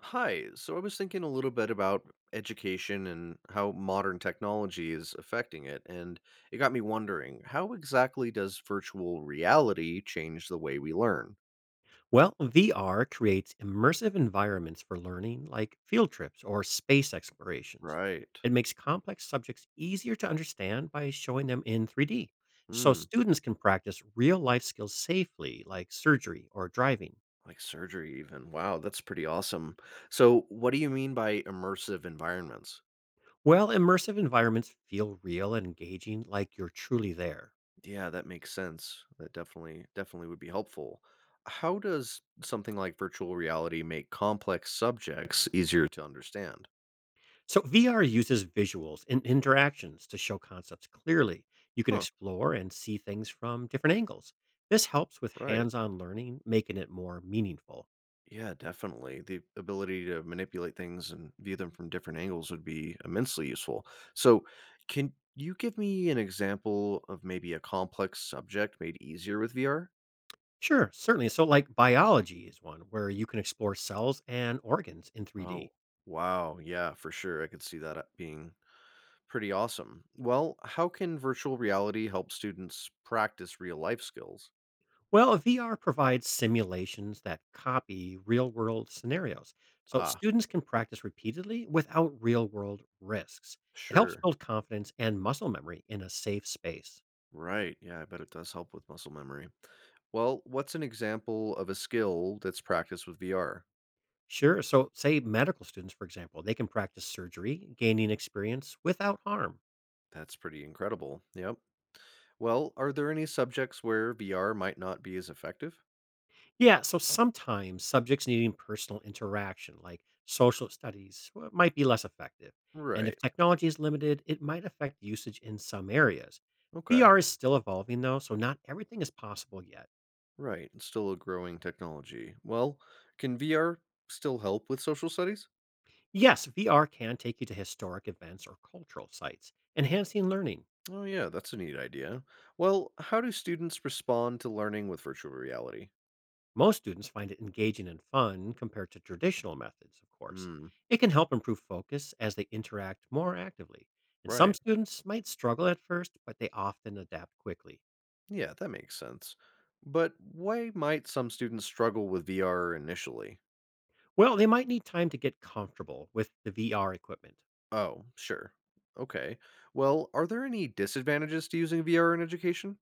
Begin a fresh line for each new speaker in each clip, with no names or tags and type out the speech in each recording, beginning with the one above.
Hi, so I was thinking a little bit about education and how modern technology is affecting it, and it got me wondering how exactly does virtual reality change the way we learn?
Well, VR creates immersive environments for learning, like field trips or space explorations.
Right.
It makes complex subjects easier to understand by showing them in 3D, so
Hmm.
students can practice real life skills safely, like surgery or driving.
Like surgery, even. Wow, that's pretty awesome. So, what do you mean by immersive environments?
Well, immersive environments feel real and engaging, like you're truly there.
Yeah, that makes sense. That definitely would be helpful. How does something like virtual reality make complex subjects easier to understand?
So VR uses visuals and interactions to show concepts clearly. You can
Huh,
explore and see things from different angles. This helps with
right.
hands-on learning, making it more meaningful.
Yeah, definitely. The ability to manipulate things and view them from different angles would be immensely useful. So, can you give me an example of maybe a complex subject made easier with VR?
Sure, certainly. So like biology is one where you can explore cells and organs in 3D.
Oh, wow. Yeah, for sure. I could see that being pretty awesome. Well, how can virtual reality help students practice real life skills?
Well, VR provides simulations that copy real-world scenarios. So
Ah,
students can practice repeatedly without real-world risks. It helps
sure.
build confidence and muscle memory in a safe space.
Right. Yeah, I bet it does help with muscle memory. Well, what's an example of a skill that's practiced with VR?
Sure. So, say medical students, for example, they can practice surgery, gaining experience without harm.
That's pretty incredible. Yep. Well, are there any subjects where VR might not be as effective?
Yeah. So, sometimes subjects needing personal interaction, like social studies, might be less effective. And if
Right.
technology is limited, it might affect usage in some areas.
Okay.
VR is still evolving, though, so not everything is possible yet.
Right. It's still a growing technology. Well, can VR still help with social studies?
Yes, VR can take you to historic events or cultural sites, enhancing learning.
Oh, yeah, that's a neat idea. Well, how do students respond to learning with virtual reality?
Most students find it engaging and fun compared to traditional methods, of course.
Hmm.
It can help improve focus as they interact more actively. And some
Right.
students might struggle at first, but they often adapt quickly.
Yeah, that makes sense. But why might some students struggle with VR initially?
Well, they might need time to get comfortable with the VR equipment.
Oh, sure. Okay. Well, are there any disadvantages to using VR in education?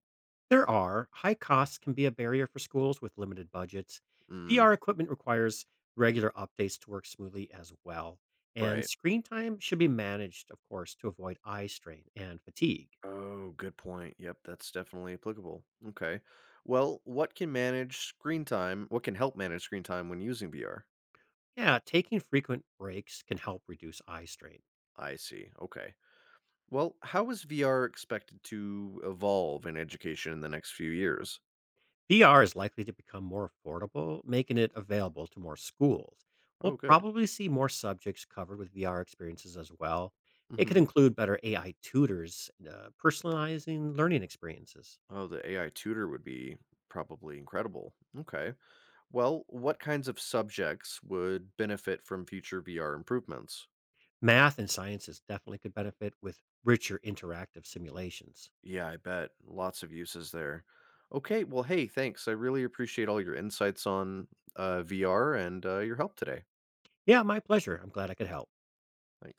There are high costs can be a barrier for schools with limited budgets.
Hmm.
VR equipment requires regular updates to work smoothly as well. And
Right.
screen time should be managed, of course, to avoid eye strain and fatigue.
Oh, good point. Yep, that's definitely applicable. Okay. Well, what can manage screen time? What can help manage screen time when using VR?
Yeah, taking frequent breaks can help reduce eye strain.
I see. Okay. Well, how is VR expected to evolve in education in the next few years?
VR is likely to become more affordable, making it available to more schools. We'll
Oh, good.
probably see more subjects covered with VR experiences as well. It could
Mm-hmm.
include better AI tutors, personalizing learning experiences.
Oh, the AI tutor would be probably incredible. Okay. Well, what kinds of subjects would benefit from future VR improvements?
Math and sciences definitely could benefit with richer interactive simulations.
Yeah, I bet. Lots of uses there. Okay, well, hey, thanks. I really appreciate all your insights on VR and your help today.
Yeah, my pleasure. I'm glad I could help.
Thanks.